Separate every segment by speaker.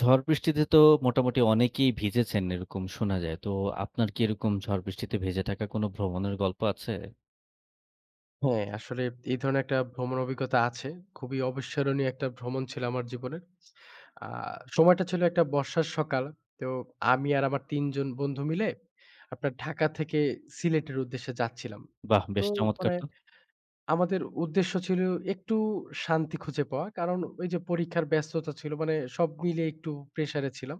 Speaker 1: ঝড় বৃষ্টিতে তো মোটামুটি অনেকেই ভিজেছেন এরকম শোনা যায়। তো আপনার কি এরকম ঝড় বৃষ্টিতে ভেজে থাকা কোনো ভ্রমণের গল্প আছে?
Speaker 2: হ্যাঁ, আসলে এই ধরনের একটা ভ্রমণ অভিজ্ঞতা আছে। খুবই অবিস্মরণীয় একটা ভ্রমণ ছিল আমার জীবনের। আ সময়টা ছিল একটা বর্ষার সকাল। তো আমি আর আমার ৩ জন বন্ধু মিলে আপনার ঢাকা থেকে সিলেটের উদ্দেশ্যে যাচ্ছিলাম।
Speaker 1: বাহ!
Speaker 2: তো
Speaker 1: বেশ চমৎকার
Speaker 2: মানে
Speaker 1: তো।
Speaker 2: আমাদের উদ্দেশ্য ছিল একটু শান্তি খুঁজে পাওয়া। কারণ ওই যে পরীক্ষার ব্যস্ততা ছিল, মানে সব মিলিয়ে একটু প্রেশারে ছিলাম।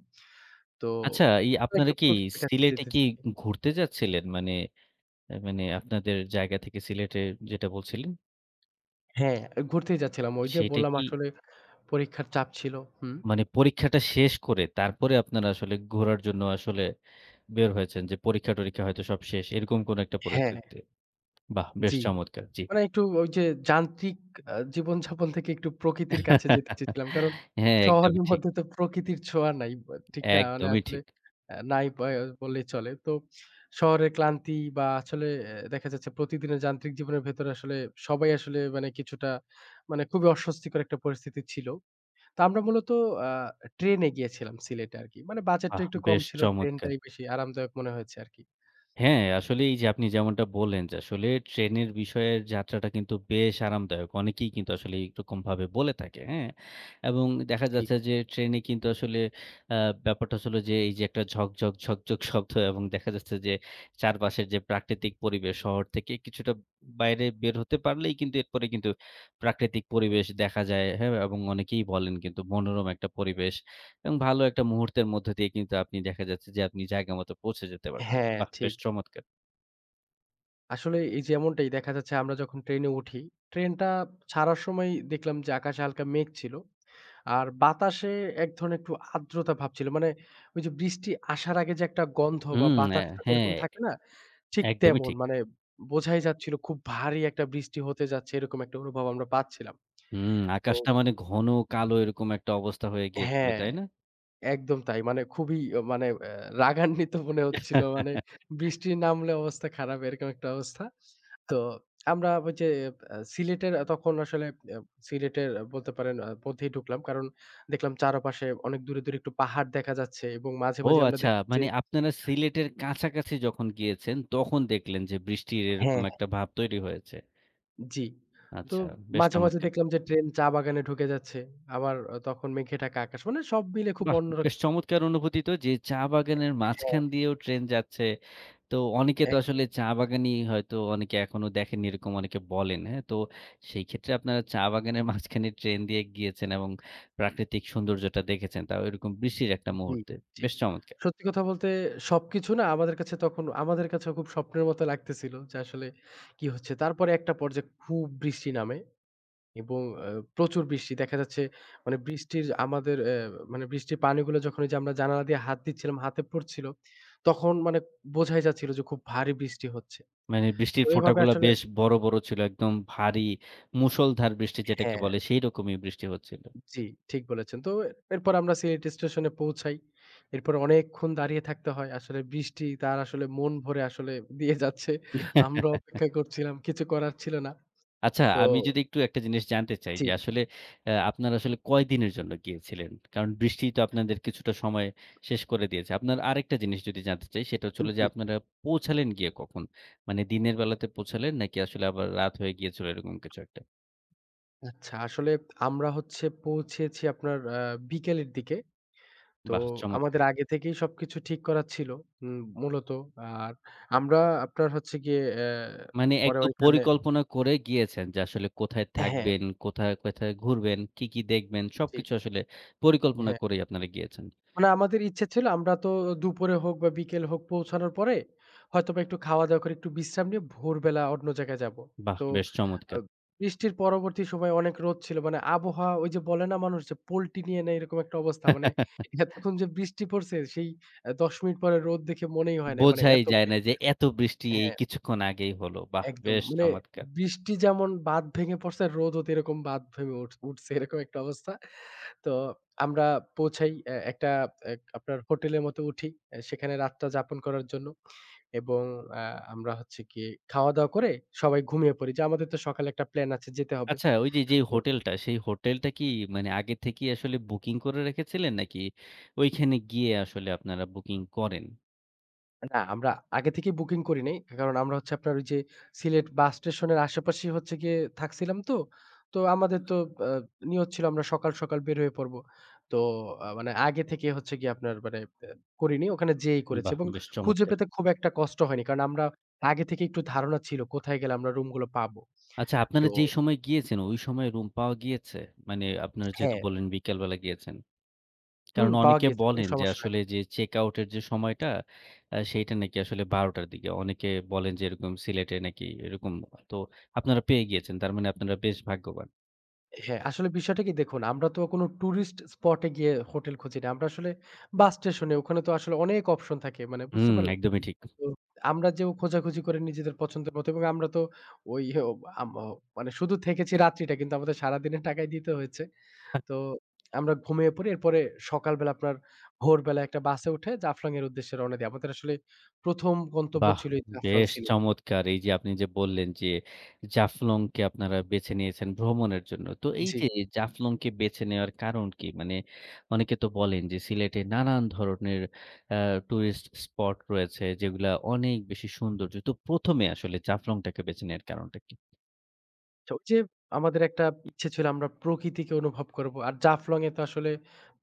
Speaker 2: তো
Speaker 1: আচ্ছা এই আপনারা
Speaker 2: একটু
Speaker 1: কি
Speaker 2: প্রকৃতির কাছে
Speaker 1: সিলেটে
Speaker 2: যেতে
Speaker 1: কি
Speaker 2: চাই।
Speaker 1: ঘুরতে যাচ্ছিলেন? মানে মানে আপনাদের জায়গা থেকে সিলেটে যেটা বলছিলেন,
Speaker 2: হ্যাঁ, ঘুরতেই যাচ্ছিলাম। ওই যে
Speaker 1: সেইটা
Speaker 2: বললাম
Speaker 1: কি
Speaker 2: আসলে পরীক্ষার চাপ ছিল। হুম।
Speaker 1: মানে পরীক্ষাটা শেষ করে তারপরে আপনারা আসলে ঘোরার জন্য আসলে বের হয়েছেন যে পরীক্ষা-টরীক্ষা হয়তো সব শেষ এরকম কোনো একটা
Speaker 2: হ্যাঁ।
Speaker 1: পরিস্থিতিতে। বাহ! বেশ
Speaker 2: জি।
Speaker 1: চমৎকার। জি।
Speaker 2: মানে একটু ওই যে যান্ত্রিক জীবনযাপন থেকে একটু প্রকৃতির কাছে যেতে চেয়েছিলাম। কারণ
Speaker 1: হ্যাঁ,
Speaker 2: শহরের
Speaker 1: একদমই ঠিক।
Speaker 2: মধ্যে তো প্রকৃতির ছোঁয়া নাই। বা ঠিক না? মানে
Speaker 1: একদমই
Speaker 2: আসলে
Speaker 1: ঠিক।
Speaker 2: নাই বয় বললেই চলে। তো শহরের ক্লান্তি বা আসলে দেখা যাচ্ছে প্রতিদিনের যান্ত্রিক জীবনের ভেতরে আসলে সবাই আসলে মানে কিছুটা মানে খুবই অস্বস্তিকর একটা পরিস্থিতি ছিল। তো আমরা মূলত আ ট্রেনে গিয়েছিলাম সিলেটে আরকি। মানে বাজেটটা
Speaker 1: বাহ!
Speaker 2: একটু কম
Speaker 1: বেশ
Speaker 2: ছিল।
Speaker 1: চমৎকার!
Speaker 2: ট্রেনটাই বেশি আরামদায়ক মনে হয়েছে আরকি।
Speaker 1: হ্যাঁ, আসলে এই যে আপনি যেমনটা বললেন যে আসলে ট্রেনের বিষয়ের যাত্রাটা কিন্তু বেশ আরামদায়ক। অনেকেই কিন্তু আসলে এরকমভাবে বলে থাকে, হ্যাঁ? এবং দেখা
Speaker 2: জি।
Speaker 1: যাচ্ছে যে ট্রেনে কিন্তু আসলে আ ব্যাপারটা হলো যে এই যে একটা ঝকঝক, ঝকঝক শব্দ এবং দেখা যাচ্ছে যে চারপাশের যে প্রাকৃতিক পরিবেশ শহর থেকে কিছুটা বাইরে বের হতে পারলেই কিন্তু এরপরে কিন্তু প্রাকৃতিক পরিবেশ দেখা যায়, হ্যাঁ? এবং অনেকেই বলেন কিন্তু মনোরম একটা পরিবেশ। এবং ভালো একটা মুহূর্তের মধ্য দিয়ে কিন্তু আপনি দেখা যাচ্ছে যে আপনি জায়গা মতো পৌঁছে যেতে পারছেন।
Speaker 2: হ্যাঁ,
Speaker 1: বাহ! বেশ
Speaker 2: ঠিক।
Speaker 1: চমৎকার।
Speaker 2: আসলে এই যেমনটাই দেখা যাচ্ছে আমরা যখন ট্রেনে উঠি, ট্রেনটা ছাড়ার সময় দেখলাম যে আকাশে হালকা মেঘ ছিল। আর বাতাসে এক ধরনের একটু আর্দ্রতা ভাব ছিল। মানে ওই যে বৃষ্টি আসার আগে যে একটা গন্ধ বা
Speaker 1: হুম,
Speaker 2: বাতাসটা যেরকম
Speaker 1: হ্যাঁ,
Speaker 2: থাকে না? ঠিক
Speaker 1: একদমই
Speaker 2: তেমন।
Speaker 1: ঠিক।
Speaker 2: মানে বোঝাই যাচ্ছিল খুব ভারী একটা বৃষ্টি হতে যাচ্ছে, এরকম একটা অনুভব আমরা পাচ্ছিলাম।
Speaker 1: হুম,
Speaker 2: তো
Speaker 1: আকাশটা মানে ঘন কালো এরকম একটা অবস্থা হয়ে গিয়েছিল,
Speaker 2: হ্যাঁ।
Speaker 1: তাই না?
Speaker 2: একদম তাই। মানে খুবই অ মানে অ্যা রাগান্বিত মনে হচ্ছিল। মানে বৃষ্টি নামলে অবস্থা খারাপ, এরকম একটা অবস্থা। তো আমরা ওই যে সিলেটের তখন আসলে আ সিলেটের বলতে পারেন মধ্যেই ঢুকলাম। কারণ দেখলাম চারপাশে অনেক দূরে, দূরে একটু পাহাড় দেখা যাচ্ছে এবং মাঝে,
Speaker 1: ও
Speaker 2: মাঝে আমরা
Speaker 1: আচ্ছা,
Speaker 2: দেখি যে
Speaker 1: মানে আপনারা সিলেটের কাছাকাছি যখন গিয়েছেন তখন দেখলেন যে বৃষ্টির এরকম
Speaker 2: হ্যাঁ।
Speaker 1: একটা ভাব তৈরি হয়েছে।
Speaker 2: জি। তো
Speaker 1: আচ্ছা, বেশ
Speaker 2: মাঝে, মাঝে
Speaker 1: চমৎকার।
Speaker 2: দেখলাম যে ট্রেন চা বাগানে ঢুকে যাচ্ছে। আবার আহ, তখন মেঘে ঢাকা আকাশ। মানে সব মিলে খুব
Speaker 1: বাহ! বেশ
Speaker 2: অন্যরকম।
Speaker 1: চমৎকার অনুভূতি তো যে চা বাগানের
Speaker 2: হ্যাঁ।
Speaker 1: মাঝখান দিয়েও ট্রেন যাচ্ছে। তো অনেকে তো
Speaker 2: এক
Speaker 1: আসলে চা বাগানই হয়তো অনেকে এখনো দেখেননি এরকম অনেকে বলেন, হ্যাঁ? তো সেই ক্ষেত্রে আপনারা চা বাগানের মাঝখানে ট্রেন দিয়ে গিয়েছেন এবং প্রাকৃতিক সৌন্দর্যটা দেখেছেন। তাও এরকম বৃষ্টির একটা
Speaker 2: জি,
Speaker 1: মুহূর্তে।
Speaker 2: ঠিক।
Speaker 1: বেশ চমৎকার।
Speaker 2: সত্যি কথা বলতে সবকিছু না আমাদের কাছে তখন আমাদের কাছেও খুব স্বপ্নের মতো লাগতেছিল যে আসলে কি হচ্ছে। তারপরে একটা পর্যায়ে খুব বৃষ্টি নামে এবং আ প্রচুর বৃষ্টি। দেখা যাচ্ছে মানে বৃষ্টির আমাদের মানে বৃষ্টির পানিগুলো যখন ওই যে আমরা জানালা দিয়ে হাত দিচ্ছিলাম, হাতে পড়ছিল, তখন মানে বোঝাই যাচ্ছিল যে খুব ভারী বৃষ্টি হচ্ছে।
Speaker 1: মানে
Speaker 2: তো
Speaker 1: বৃষ্টির
Speaker 2: এভাবে
Speaker 1: ফোঁটাগুলা
Speaker 2: আসলে
Speaker 1: বেশ বড়, বড় ছিল। একদম ভারী মুষলধার বৃষ্টি যেটাকে
Speaker 2: হ্যাঁ।
Speaker 1: বলে সেই রকমই বৃষ্টি হচ্ছিল।
Speaker 2: জি, ঠিক বলেছেন। তো এরপর আমরা সিলেট স্টেশনে পৌঁছাই। এরপর অনেকক্ষণ দাঁড়িয়ে থাকতে হয়। আসলে বৃষ্টি তার আসলে মন ভরে আসলে দিয়ে যাচ্ছে। আমরা অপেক্ষা করছিলাম। কিছু করার ছিল না।
Speaker 1: আচ্ছা,
Speaker 2: তো
Speaker 1: আমি যদি একটু একটা জিনিস জানতে চাই
Speaker 2: জি,
Speaker 1: যে আসলে আপনারা আসলে কয়দিনের জন্য গিয়েছিলেন? কারণ বৃষ্টি তো আপনাদের কিছুটা সময় শেষ করে দিয়েছে। আপনার আরেকটা জিনিস যদি জানতে চাই সেটা হচ্ছে হলো যে
Speaker 2: জি।
Speaker 1: আপনারা পৌঁছালেন গিয়ে কখন? মানে দিনের বেলাতে পৌঁছালেন নাকি আসলে আবার রাত হয়ে গিয়েছিল এরকম কিছু একটা?
Speaker 2: আচ্ছা আসলে আমরা হচ্ছে পৌঁছেছি আপনার বিকেলের দিকে। তো
Speaker 1: বাহ!
Speaker 2: আমাদের
Speaker 1: চমৎকার।
Speaker 2: আগে থেকেই সবকিছু ঠিক করা ছিল উম মূলত। আর আমরা আপনার হচ্ছে গিয়ে
Speaker 1: মানে
Speaker 2: পরে
Speaker 1: একদম
Speaker 2: ওইখানে
Speaker 1: পরিকল্পনা করে গিয়েছেন যে আসলে কোথায়
Speaker 2: হ্যাঁ,
Speaker 1: থাকবেন, কোথায়, কোথায় ঘুরবেন, কি, কি দেখবেন
Speaker 2: জি,
Speaker 1: সবকিছু আসলে পরিকল্পনা
Speaker 2: হ্যাঁ।
Speaker 1: করেই আপনারা গিয়েছেন।
Speaker 2: মানে আমাদের ইচ্ছে ছিল আমরা তো দুপুরে হোক বা বিকেল হোক পৌঁছানোর পরে হয়তোবা একটু খাওয়া-দাওয়া করে একটু বিশ্রাম নিয়ে ভোরবেলা অন্য জায়গায় যাব।
Speaker 1: বাহ!
Speaker 2: তো
Speaker 1: বেশ
Speaker 2: আ
Speaker 1: চমৎকার।
Speaker 2: বৃষ্টির পরবর্তী সময়ে অনেক রোদ ছিল। মানে আবহাওয়া ওই যে বলে না মানুষ যে পল্টি নিয়ে নেয়, এরকম একটা অবস্থা। মানে এতক্ষণ যে বৃষ্টি পড়ছে সেই ১০ মিনিট পরে রোদ দেখে মনেই হয় নাই। মানে
Speaker 1: বোঝাই
Speaker 2: এত
Speaker 1: যায়
Speaker 2: মানে
Speaker 1: না যে এত বৃষ্টি এই
Speaker 2: হ্যাঁ,
Speaker 1: কিছুক্ষণ আগেই হলো। বাহ!
Speaker 2: একদম।
Speaker 1: বেশ
Speaker 2: মানে
Speaker 1: চমৎকার।
Speaker 2: বৃষ্টি যেমন বাঁধ ভেঙে পড়ছে, রোদও তো এরকম বাঁধ ভেঙে উঠছে, এরকম একটা অবস্থা। তো আমরা পৌঁছাই এ একটা এ আপনার হোটেলের মতো উঠি। এ সেখানে রাতটা যাপন করার জন্য। এবং আ আমরা হচ্ছে গিয়ে খাওয়া-দাওয়া করে সবাই ঘুমিয়ে পড়ি। যে আমাদের তো সকালে একটা প্ল্যান আছে যেতে হবে।
Speaker 1: আচ্ছা ওই যে, যে
Speaker 2: তো
Speaker 1: হোটেলটা সেই হোটেলটা কি মানে আগে থেকেই আসলে বুকিং করে রেখেছিলেন নাকি ওইখানে গিয়ে আসলে আপনারা বুকিং করেন?
Speaker 2: না, আমরা আগে থেকেই বুকিং করি নাই। কারণ আমরা হচ্ছে আপনার ওই যে সিলেট বাস স্টেশনের আশেপাশেই হচ্ছে গিয়ে থাকছিলাম তো। তো আমাদের তো আ নিয়ত ছিল আমরা সকাল, সকাল বের হয়ে পড়ব। তো মানে আগে থেকে হচ্ছে গিয়ে আপনার মানে আ করিনি। ওখানে যেয়েই করেছি
Speaker 1: বাহ!
Speaker 2: এবং
Speaker 1: বেশ
Speaker 2: খুঁজে
Speaker 1: চমৎকার।
Speaker 2: পেতে খুব একটা কষ্ট হয়নি। কারণ আমরা আগে থেকে একটু ধারণা ছিল কোথায় গেলে আমরা রুমগুলো পাবো।
Speaker 1: আচ্ছা
Speaker 2: তো
Speaker 1: আপনারা যেই সময় গিয়েছেন ওই সময় রুম পাওয়া গিয়েছে? মানে আপনারা যেহেতু
Speaker 2: হ্যাঁ,
Speaker 1: বললেন বিকেল বেলা গিয়েছেন।
Speaker 2: হুম,
Speaker 1: কারণ
Speaker 2: পাওয়া
Speaker 1: অনেকে
Speaker 2: গিয়েছে। কোনো
Speaker 1: বলেন যে
Speaker 2: সমস্যা
Speaker 1: আসলে
Speaker 2: হয়নি।
Speaker 1: যে চেক আউট এর যে সময়টা সেইটা নাকি আসলে ১২:০০ র দিকে। অনেকে বলেন যে এরকম সিলেটে নাকি এরকম। তো আপনারা পেয়ে গিয়েছেন। তার মানে আপনারা বেশ ভাগ্যবান।
Speaker 2: হ্যাঁ, আসলে বিষয়টা কি দেখুন, আমরা তো কোনো টুরিস্ট স্পট এ গিয়ে হোটেল খুঁজি না। আমরা আসলে বাস স্টেশনে ওখানে তো আসলে অনেক অপশন থাকে। মানে বুঝতে
Speaker 1: হুম,
Speaker 2: পারলেন?
Speaker 1: একদমই ঠিক।
Speaker 2: তো আমরা যেও খোঁজাখুঁজি করে নিজেদের পছন্দের মতো এবং আমরা তো ওই ও আম অ মানে শুধু থেকেছি রাত্রিটা, কিন্তু আমাদের সারাদিনের টাকাই দিতে হয়েছে। তো আমরা ঘুমিয়ে পড়ি। এরপরে সকালবেলা আপনার ভোরবেলা একটা বাসে উঠে জাফলং এর উদ্দেশ্যে রওনা দেই। আমাদের আসলে ১ম গন্তব্য
Speaker 1: বাহ!
Speaker 2: ছিল এই জাফলং
Speaker 1: বেশ
Speaker 2: সিলেট।
Speaker 1: চমৎকার! এই যে আপনি যে বললেন যে জাফলংকে আপনারা বেছে নিয়েছেন ভ্রমণের জন্য। তো এই
Speaker 2: জি।
Speaker 1: যে জাফলংকে বেছে নেওয়ার কারণ কি? মানে অনেকে তো বলেন যে সিলেটে নানান ধরনের আ টুরিস্ট স্পট রয়েছে যেগুলা অনেক বেশি সৌন্দর্য। তো ১ম এ আসলে জাফলংটাকে বেছে নেওয়ার কারণটা কি?
Speaker 2: আচ্ছা, ওই যে আমাদের একটা ইচ্ছে ছিল আমরা প্রকৃতিকে অনুভব করব। আর জাফলং এ তো আসলে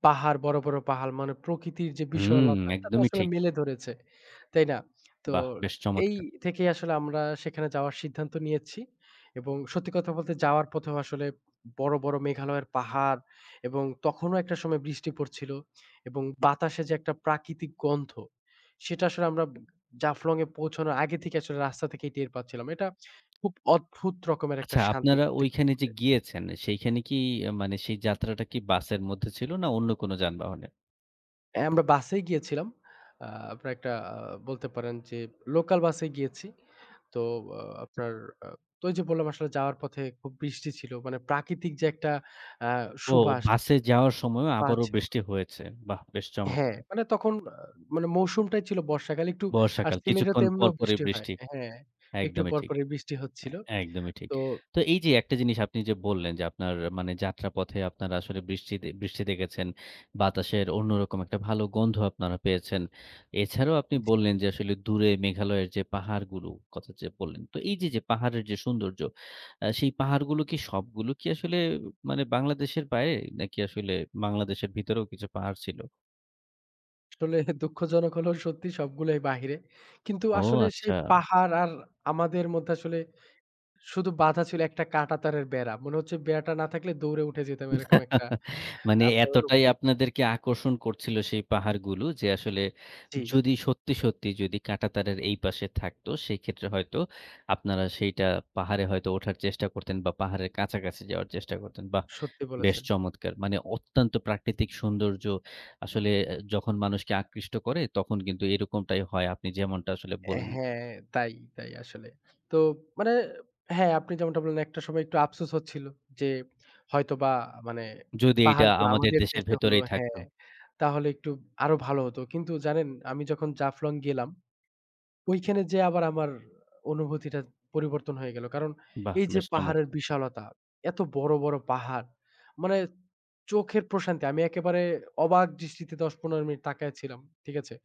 Speaker 2: পাহাড়, বড়, বড় পাহাড়, মানে প্রকৃতির যে
Speaker 1: হুম,
Speaker 2: বিশালতা এটা তো
Speaker 1: একদমই
Speaker 2: আসলে
Speaker 1: ঠিক।
Speaker 2: মেলে ধরেছে। তাই না? তো
Speaker 1: বাহ! বেশ
Speaker 2: এই
Speaker 1: চমৎকার!
Speaker 2: থেকেই আসলে আমরা সেখানে যাওয়ার সিদ্ধান্ত নিয়েছি। এবং সত্যি কথা বলতে যাওয়ার পথেও আসলে বড়, বড় মেঘালয়ের পাহাড় এবং তখনও একটা সময় বৃষ্টি পড়ছিল এবং বাতাসে যে একটা প্রাকৃতিক গন্ধ, সেটা আসলে আমরা জাফলং এ পৌঁছানোর আগে থেকে আসলে রাস্তা থেকেই টের পাচ্ছিলাম। এটা খুব অদ্ভুত রকমের একটা
Speaker 1: আচ্ছা
Speaker 2: শান্তি
Speaker 1: আপনারা
Speaker 2: সত্যি কথা
Speaker 1: ওইখানে যে
Speaker 2: বলতে।
Speaker 1: গিয়েছেন সেইখানে কি মানে সেই যাত্রাটা কি বাসের মধ্যে ছিল না অন্য কোনো যানবাহনে?
Speaker 2: হ্যাঁ, আমরা বাসেই গিয়েছিলাম। আ আপনার একটা বলতে পারেন যে লোকাল বাসে গিয়েছি। তো আ আপনার আ তো ওই যে বললাম আসলে যাওয়ার পথে খুব বৃষ্টি ছিল। মানে প্রাকৃতিক যে একটা আ
Speaker 1: ও
Speaker 2: সুবাস
Speaker 1: বাসে যাওয়ার সময়ও আবারও
Speaker 2: পাচ্ছিলাম।
Speaker 1: বৃষ্টি হয়েছে। বাহ! বেশ
Speaker 2: হ্যাঁ,
Speaker 1: চমৎকার।
Speaker 2: মানে তখন মানে মৌসুমটাই ছিল বর্ষাকাল, একটু আর
Speaker 1: বর্ষাকাল
Speaker 2: সিলেটে তো
Speaker 1: কিছুক্ষণ
Speaker 2: এমনিও
Speaker 1: পরপরই
Speaker 2: বৃষ্টি হয়।
Speaker 1: বৃষ্টি।
Speaker 2: হ্যাঁ, একটু
Speaker 1: একদমই ঠিক।
Speaker 2: পরপরই বৃষ্টি
Speaker 1: এ
Speaker 2: হচ্ছিল।
Speaker 1: একদমই ঠিক।
Speaker 2: তো
Speaker 1: তো এই যে একটা জিনিস আপনি যে বললেন যে আপনার মানে যাত্রাপথে আপনারা আসলে বৃষ্টিতে বৃষ্টি দেখেছেন, বাতাসের অন্যরকম একটা ভালো গন্ধ আপনারা পেয়েছেন। এছাড়াও আপনি
Speaker 2: জি।
Speaker 1: বললেন যে আসলে দূরে মেঘালয়ের যে পাহাড়গুলো কথা যে বললেন। তো এই যে, যে পাহাড়ের যে সৌন্দর্য, সেই পাহাড়গুলো কি সবগুলো কি আসলে মানে বাংলাদেশের বাইরে নাকি আসলে বাংলাদেশের ভিতরেও কিছু পাহাড় ছিল?
Speaker 2: আসলে দুঃখজনক হলেও সত্যি সবগুলাই বাহিরে। কিন্তু
Speaker 1: ও
Speaker 2: আসলে সেই
Speaker 1: আচ্ছা।
Speaker 2: পাহাড় আর আমাদের মধ্যে আসলে শুধু বাধা ছিল একটা কাঁটা তারের বেড়া। মনে হচ্ছে বেড়াটা না থাকলে দৌড়ে উঠে যেতাম, এরকম একটা
Speaker 1: মানে
Speaker 2: আপনার
Speaker 1: এতটাই
Speaker 2: অনুভূতি।
Speaker 1: আপনাদেরকে আকর্ষণ করছিল সেই পাহাড়গুলো যে আসলে
Speaker 2: জি,
Speaker 1: যদি সত্যি, সত্যি যদি কাঁটাতারের এই পাশে থাকতো সেক্ষেত্রে হয়তো আপনারা সেইটা পাহাড়ে হয়তো ওঠার চেষ্টা করতেন বা পাহাড়ের কাছাকাছি যাওয়ার চেষ্টা করতেন। বাহ!
Speaker 2: সত্যি
Speaker 1: বেশ
Speaker 2: বলেছেন।
Speaker 1: চমৎকার। মানে অত্যন্ত প্রাকৃতিক সৌন্দর্য আসলে যখন মানুষকে আকৃষ্ট করে তখন কিন্তু এরকমটাই হয় আপনি যেমনটা আসলে বললেন।
Speaker 2: হ্যাঁ, তাই, তাই আসলে। তো মানে হ্যাঁ, আপনি যেমনটা বললেন একটা সময় একটু আফসোস হচ্ছিল যে হয়তোবা মানে
Speaker 1: যদি এইটা
Speaker 2: পাহাড়গুলো
Speaker 1: আমাদের
Speaker 2: আমাদের
Speaker 1: দেশের
Speaker 2: দেশে হলো
Speaker 1: ভেতরেই থাকতো।
Speaker 2: হ্যাঁ, তাহলে একটু আরো ভালো হতো। কিন্তু জানেন আমি যখন জাফলং গেলাম ওইখানে যেয়ে আবার আমার অনুভূতিটা পরিবর্তন হয়ে গেল। কারণ
Speaker 1: বাহ!
Speaker 2: এই যে
Speaker 1: বেশ
Speaker 2: পাহাড়ের
Speaker 1: চমৎকার।
Speaker 2: বিশালতা, এত বড়, বড় পাহাড়, মানে চোখের প্রশান্তি। আমি একেবারে অবাক দৃষ্টিতে ১০-১৫ মিনিট তাকায় ছিলাম। ঠিক আছে?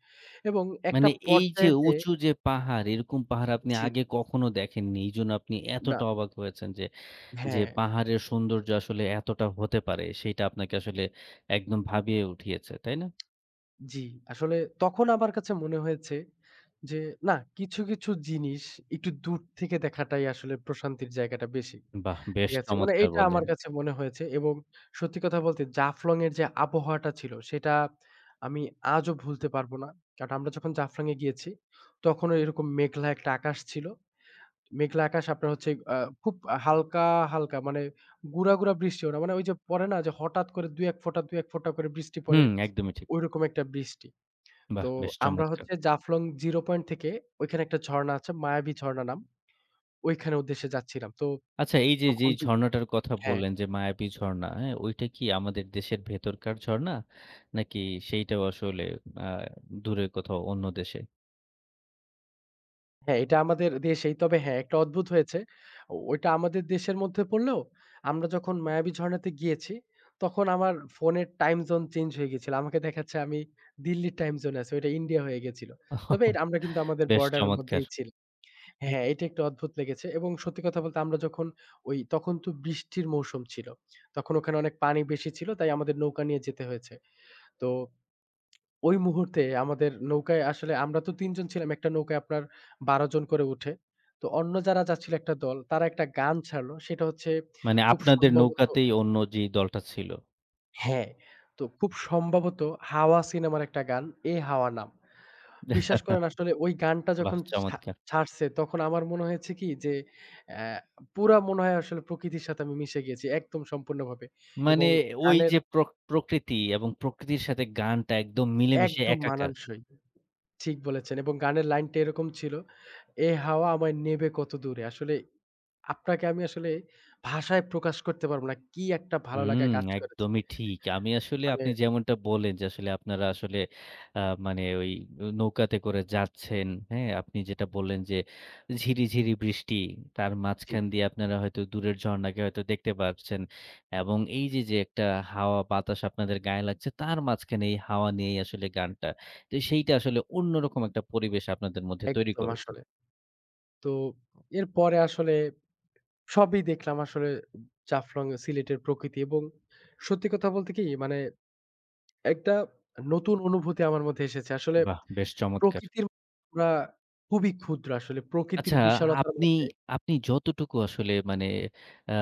Speaker 2: এবং একটা
Speaker 1: মানে এই যে
Speaker 2: পর্যায়ে যেয়ে
Speaker 1: উঁচু যে পাহাড়, এরকম পাহাড় আপনি
Speaker 2: জি,
Speaker 1: আগে কখনো দেখেননি। এইজন্য আপনি
Speaker 2: না
Speaker 1: এতটা অবাক হয়েছেন যে, যে
Speaker 2: হ্যাঁ,
Speaker 1: পাহাড়ের সৌন্দর্য আসলে এতটা হতে পারে, সেইটা আপনাকে আসলে একদম ভাবিয়ে উঠিয়েছে, তাই না?
Speaker 2: জি। আসলে তখন আমার কাছে মনে হয়েছে যে, না কিছু, কিছু জিনিস একটু দূর থেকে দেখাটাই আসলে প্রশান্তির জায়গাটা বেশি।
Speaker 1: বাহ! বেশ
Speaker 2: ঠিক আছে। মানে
Speaker 1: চমৎকার
Speaker 2: এইটা আমার
Speaker 1: বললেন।
Speaker 2: কাছে মনে হয়েছে এবং সত্যি কথা বলতে জাফলং এর যে আবহাওয়াটা ছিল সেটা আমি আজও ভুলতে পারবো না। কারণ আমরা যখন জাফলং এ গিয়েছি তখনও এরকম মেঘলা একটা আকাশ ছিল। মেঘলা আকাশ আপনার হচ্ছে খুব হালকা, হালকা মানে গুড়া, গুড়া বৃষ্টিও না। মানে ওই যে পড়ে না যে হঠাৎ করে ২-১ ফোঁটা ২-১ ফোঁটা করে বৃষ্টি পড়ে,
Speaker 1: হুম, একদমই ঠিক।
Speaker 2: ঐরকম একটা বৃষ্টি।
Speaker 1: বাহ!
Speaker 2: তো
Speaker 1: বেশ
Speaker 2: আমরা
Speaker 1: চমৎকার।
Speaker 2: হচ্ছে জাফলং জিরো পয়েন্ট থেকে ওইখানে একটা ঝর্ণা আছে, মায়াবী ঝর্ণা নাম। ওইখানে উদ্দেশ্যে যাচ্ছিলাম। তো
Speaker 1: আচ্ছা এই যে
Speaker 2: তখন
Speaker 1: যেই
Speaker 2: বি
Speaker 1: ঝর্ণাটার কথা
Speaker 2: হ্যাঁ।
Speaker 1: বললেন যে, মায়াবী ঝর্ণা, হ্যাঁ? ওইটা কি আমাদের দেশের ভেতরকার ঝর্ণা? নাকি সেইটাও আসলে আ দূরে কোথাও অন্য দেশে?
Speaker 2: হ্যাঁ, এটা আমাদের দেশেই। তবে হ্যাঁ, একটা অদ্ভুত হয়েছে। ও ওইটা আমাদের দেশের মধ্যে পড়লেও আমরা যখন মায়াবী ঝরণাতে গিয়েছি, তখন আমার ফোনের টাইম জোন চেঞ্জ হয়ে গেছিল। আমাকে দেখাচ্ছে আমি দিল্লির টাইম জোনে আছি, ওইটা ইন্ডিয়া হয়ে গেছিল। তবে এটা আমরা কিন্তু আমাদের
Speaker 1: বেশ
Speaker 2: বর্ডারের
Speaker 1: চমৎকার।
Speaker 2: মধ্যেই ছিলাম। হ্যাঁ, এটা একটু অদ্ভুত লেগেছে এবং সত্যি কথা বলতে আমরা যখন ওই তখন তো বৃষ্টির মৌসুম ছিল। তখন ওখানে অনেক পানি বেশি ছিল, তাই আমাদের নৌকা নিয়ে যেতে হয়েছে। তো ওই মুহূর্তে আমাদের নৌকায় আসলে আমরা তো ৩ জন ছিলাম। একটা নৌকায় আপনার ১২ জন করে উঠে। তো অন্য যারা যাচ্ছিল একটা দল, তারা একটা গান ছাড়লো। সেটা হচ্ছে
Speaker 1: মানে
Speaker 2: খুব
Speaker 1: আপনাদের
Speaker 2: সম্ভবত
Speaker 1: নৌকাতেই অন্য যে দলটা ছিল।
Speaker 2: হ্যাঁ, তো খুব সম্ভবত 'হাওয়া' সিনেমার একটা গান, 'এ হাওয়া' নাম। বিশ্বাস করেন আসলে ওই গানটা
Speaker 1: বাহ!
Speaker 2: যখন ছা
Speaker 1: চমৎকার।
Speaker 2: ছাড়ছে তখন আমার মনে হয়েছে কি যে অ্যা পুরা মনে হয় আসলে প্রকৃতির সাথে আমি মিশে গিয়েছি একদম সম্পূর্ণভাবে এবং
Speaker 1: মানে ওই
Speaker 2: গানের
Speaker 1: যে প্রকৃতি এবং প্রকৃতির সাথে গানটা একদম মিলেমিশে
Speaker 2: একদম
Speaker 1: একাকার।
Speaker 2: মানানসই। ঠিক বলেছেন এবং গানের লাইনটা এরকম ছিল, "এ হাওয়া আমায় নেবে কতদূরে।" আসলে আপনাকে আমি আসলে ভাষায় প্রকাশ করতে পারব না। কি একটা ভালো
Speaker 1: হুম,
Speaker 2: লাগা কাজ করেছে।
Speaker 1: একদমই ঠিক। আমি আসলে
Speaker 2: মানে
Speaker 1: আপনি যেমনটা বললেন যে আসলে আপনারা আসলে আ মানে ওই নৌকাতে করে যাচ্ছেন, হ্যাঁ? আপনি যেটা বললেন যে ঝিরিঝিরি বৃষ্টি, তার
Speaker 2: জি,
Speaker 1: মাঝখান দিয়ে আপনারা হয়তো দূরের ঝরনাকে হয়তো দেখতে পাচ্ছেন এবং এই যে, যে একটা হাওয়া বাতাস আপনাদের গায়ে লাগছে তার মাঝখানে এই হাওয়া নিয়েই আসলে গানটা। তো সেইটা আসলে অন্যরকম একটা পরিবেশ আপনাদের মধ্যে তৈরি
Speaker 2: একদম
Speaker 1: করেছে।
Speaker 2: আসলে। তো এরপরে আসলে সবই দেখলাম আসলে জাফলং, সিলেটের প্রকৃতি এবং সত্যি কথা বলতে কি মানে একটা নতুন অনুভূতি আমার মধ্যে এসেছে। আসলে
Speaker 1: বাহ! বেশ চমৎকার।
Speaker 2: প্রকৃতির আমরা খুবই ক্ষুদ্র আসলে প্রকৃতির
Speaker 1: আচ্ছা,
Speaker 2: বিশালতার
Speaker 1: আপনি
Speaker 2: মাঝে
Speaker 1: আপনি যতটুকু আসলে মানে আ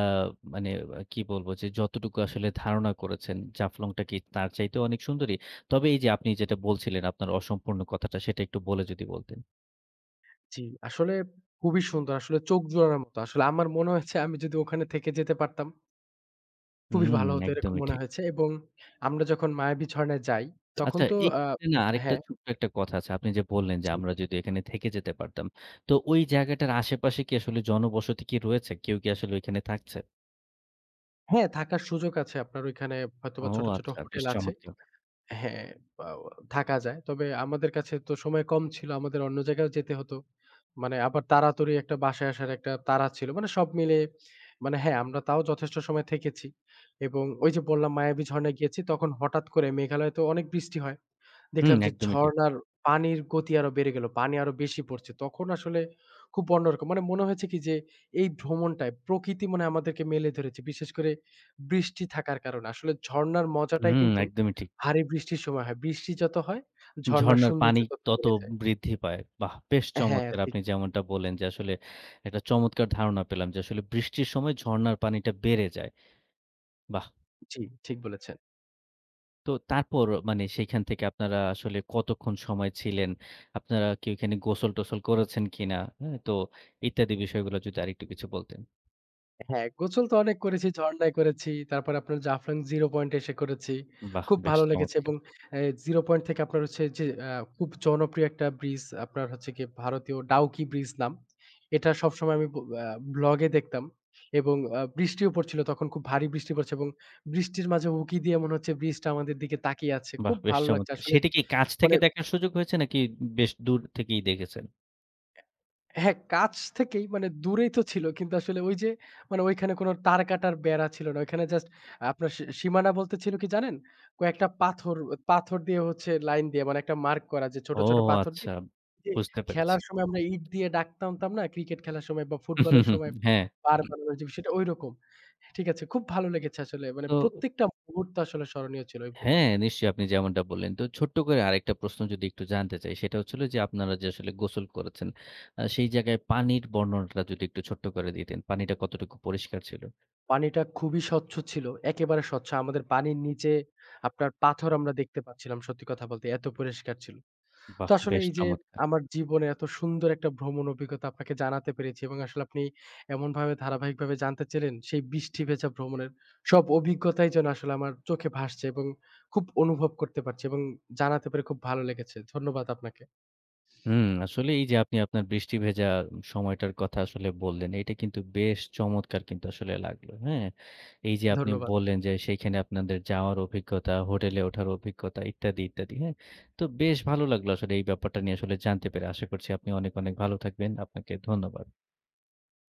Speaker 1: মানে কি বলবো যে যতটুকু আসলে ধারণা করেছেন জাফলং টা কি তার চাইতেও অনেক সুন্দরী? তবে এই যে আপনি যেটা বলছিলেন আপনার অসম্পূর্ণ কথাটা সেটা একটু বলে যদি বলতেন।
Speaker 2: জি, আসলে খুবই সুন্দর। আসলে চোখ জোড়ানোর মতো। আসলে আমার মনে হয়েছে আমি যদি ওখানে থেকে যেতে পারতাম, খুবই
Speaker 1: হুম,
Speaker 2: ভালো হতো এরকম
Speaker 1: একদমই
Speaker 2: মনে
Speaker 1: ঠিক।
Speaker 2: হয়েছে এবং আমরা যখন মায়াবী ঝরণায় যাই, তখন
Speaker 1: আচ্ছা
Speaker 2: তো
Speaker 1: এই ক্ষেত্রে না আরেকটা
Speaker 2: হ্যাঁ,
Speaker 1: ছোট্ট একটা কথা আছে। আপনি যে বললেন যে
Speaker 2: জি।
Speaker 1: আমরা যদি এখানে থেকে যেতে পারতাম। তো ওই জায়গাটার আশেপাশে কি আসলে জনবসতি কি রয়েছে? কেউ কি আসলে ওইখানে থাকছে?
Speaker 2: হ্যাঁ, থাকার সুযোগ আছে আপনার ওইখানে হয়তোবা
Speaker 1: ও
Speaker 2: ছোট, ছোট
Speaker 1: আচ্ছা বেশ
Speaker 2: হোটেল আছে।
Speaker 1: চমৎকার!
Speaker 2: হ্যাঁ, আ থাকা যায়। তবে আমাদের কাছে তো সময় কম ছিল। আমাদের অন্য জায়গায়ও যেতে হতো। মানে আবার তাড়াতাড়ি একটা বাসায় আসার একটা তাড়া ছিল। মানে সব মিলে মানে হ্যাঁ, আমরা তাও যথেষ্ট সময় থেকেছি এবং ওই যে বললাম মায়াবী ঝরণায় গিয়েছি। তখন হঠাৎ করে মেঘালয়ে তো অনেক বৃষ্টি হয়।
Speaker 1: হুম,
Speaker 2: দেখলাম যে
Speaker 1: একদমই ঠিক।
Speaker 2: ঝরনার পানির গতি আরো বেড়ে গেল। পানি আরো বেশি পড়ছে। তখন আসলে খুব অন্যরকম। মানে মনে হয়েছে কি যে এই ভ্রমণটায় প্রকৃতি মনে হয় আমাদেরকে মেলে ধরেছে। বিশেষ করে বৃষ্টি থাকার কারণে। আসলে ঝরনার মজাটাই
Speaker 1: হুম,
Speaker 2: কিন্তু
Speaker 1: একদমই ঠিক।
Speaker 2: ভারী বৃষ্টির সময় হয়। বৃষ্টি যত হয় ঝরনার
Speaker 1: ঝরনার
Speaker 2: সৌন্দর্য
Speaker 1: পানি
Speaker 2: তত
Speaker 1: তত
Speaker 2: বেড়ে যায়।
Speaker 1: বৃদ্ধি পায়। বাহ! বেশ
Speaker 2: হ্যাঁ,
Speaker 1: চমৎকার
Speaker 2: ঠিক
Speaker 1: আপনি যেমনটা বললেন যে আসলে একটা চমৎকার ধারণা পেলাম যে আসলে বৃষ্টির সময় ঝরনার পানিটা বেড়ে যায়। বাহ!
Speaker 2: জি, ঠিক বলেছেন।
Speaker 1: তো তারপর মানে সেইখান থেকে আপনারা আসলে কতক্ষণ সময় ছিলেন? আপনারা কি ওইখানে গোসল-টোসল করেছেন কিনা? হ্যাঁ? তো ইত্যাদি বিষয়গুলো যদি আরেকটু কিছু বলতেন।
Speaker 2: হ্যাঁ, গোসল তো অনেক করেছি, ঝরনায় করেছি। তারপরে আপনার জাফলং জিরো পয়েন্ট এসে করেছি।
Speaker 1: বাহ!
Speaker 2: খুব
Speaker 1: বেশ
Speaker 2: ভালো লেগেছে
Speaker 1: চমৎকার!
Speaker 2: এবং এ জিরো পয়েন্ট থেকে আপনার হচ্ছে যে খুব জনপ্রিয় একটা ব্রিজ আপনার হচ্ছে গিয়ে ভারতীয় ডাউকি ব্রিজ নাম। এটা সবসময় আমি ব আ ব্লগে দেখতাম এবং বৃষ্টিও পড়ছিল তখন খুব ভারী বৃষ্টি পড়ছে এবং বৃষ্টির মাঝে উঁকি দিয়ে মনে হচ্ছে ব্রিজটা আমাদের দিকে তাকিয়ে আছে।
Speaker 1: বাহ!
Speaker 2: খুব
Speaker 1: বেশ
Speaker 2: ভালো লাগছে
Speaker 1: চমৎকার!
Speaker 2: আসলে
Speaker 1: সেটি কি কাছ থেকে
Speaker 2: মানে
Speaker 1: দেখার সুযোগ হয়েছে নাকি বেশ দূর থেকেই দেখেছেন?
Speaker 2: হ্যাঁ, কাছ থেকেই মানে দূরেই তো ছিল। কিন্তু আসলে ওই যে মানে ওইখানে কোনো তার কাটার বেড়া ছিল না। ওইখানে জাস্ট আপনার সীমানা বলতে ছিল কি জানেন? কয়েকটা পাথর, পাথর দিয়ে হচ্ছে লাইন দিয়ে মানে একটা মার্ক করা, যে ছোট,
Speaker 1: ও
Speaker 2: ছোট পাথর দিয়ে
Speaker 1: আচ্ছা,
Speaker 2: যে
Speaker 1: বুঝতে পেরেছি।
Speaker 2: খেলার সময় আমরা ইট দিয়ে দাগ টানতাম না? ক্রিকেট খেলার সময় বা
Speaker 1: হু, হু,
Speaker 2: ফুটবলের
Speaker 1: হু।
Speaker 2: সময়
Speaker 1: হ্যাঁ।
Speaker 2: বার বানানোর যে বিষয়টা ঐরকম। ঠিক আছে? খুব ভালো লেগেছে আসলে। মানে
Speaker 1: তো
Speaker 2: প্রত্যেকটা মুহূর্ত আসলে স্মরণীয় ছিল ওই ভ্রমণে।
Speaker 1: হ্যাঁ, নিশ্চয়ই আপনি যেমনটা বললেন। তো ছোট্ট করে আরেকটা প্রশ্ন যদি একটু জানতে চাই, সেটা হচ্ছিল যে আপনারা যে আসলে গোসল করেছেন, সেই জায়গায় পানির বর্ণনাটা যদি একটু ছোট্ট করে দিতেন। পানিটা কতটুকু পরিষ্কার ছিল?
Speaker 2: পানিটা খুবই স্বচ্ছ ছিল। একেবারে স্বচ্ছ। আমাদের পানির নিচে আপনার পাথর আমরা দেখতে পাচ্ছিলাম সত্যি কথা বলতে। এত পরিষ্কার ছিল। তো
Speaker 1: বাহ!
Speaker 2: আসলে
Speaker 1: বেশ
Speaker 2: এই যে
Speaker 1: চমৎকার।
Speaker 2: আমার জীবনে এত সুন্দর একটা ভ্রমণ অভিজ্ঞতা আপনাকে জানাতে পেরেছি এবং আসলে আপনি এমনভাবে ধারাবাহিকভাবে জানতে চাইলেন, সেই বৃষ্টি ভেজা ভ্রমণের সব অভিজ্ঞতাই যেন আসলে আমার চোখে ভাসছে এবং খুব অনুভব করতে পারছি এবং জানাতে পেরে খুব ভালো লেগেছে। ধন্যবাদ আপনাকে।
Speaker 1: হুম, আসলে এই যে আপনি আপনার বৃষ্টি ভেজা সময়টার কথা আসলে বললেন, এটা কিন্তু বেশ চমৎকার কিন্তু আসলে লাগলো। হ্যাঁ? এই যে আপনি
Speaker 2: ধন্যবাদ।
Speaker 1: বললেন যে সেইখানে আপনাদের যাওয়ার অভিজ্ঞতা, হোটেলে ওঠার অভিজ্ঞতা ইত্যাদি, ইত্যাদি। হ্যাঁ? তো বেশ ভালো লাগলো আসলে এই ব্যাপারটা নিয়ে আসলে জানতে পেরে। আশা করছি আপনি অনেক, অনেক ভালো থাকবেন। আপনাকে ধন্যবাদ।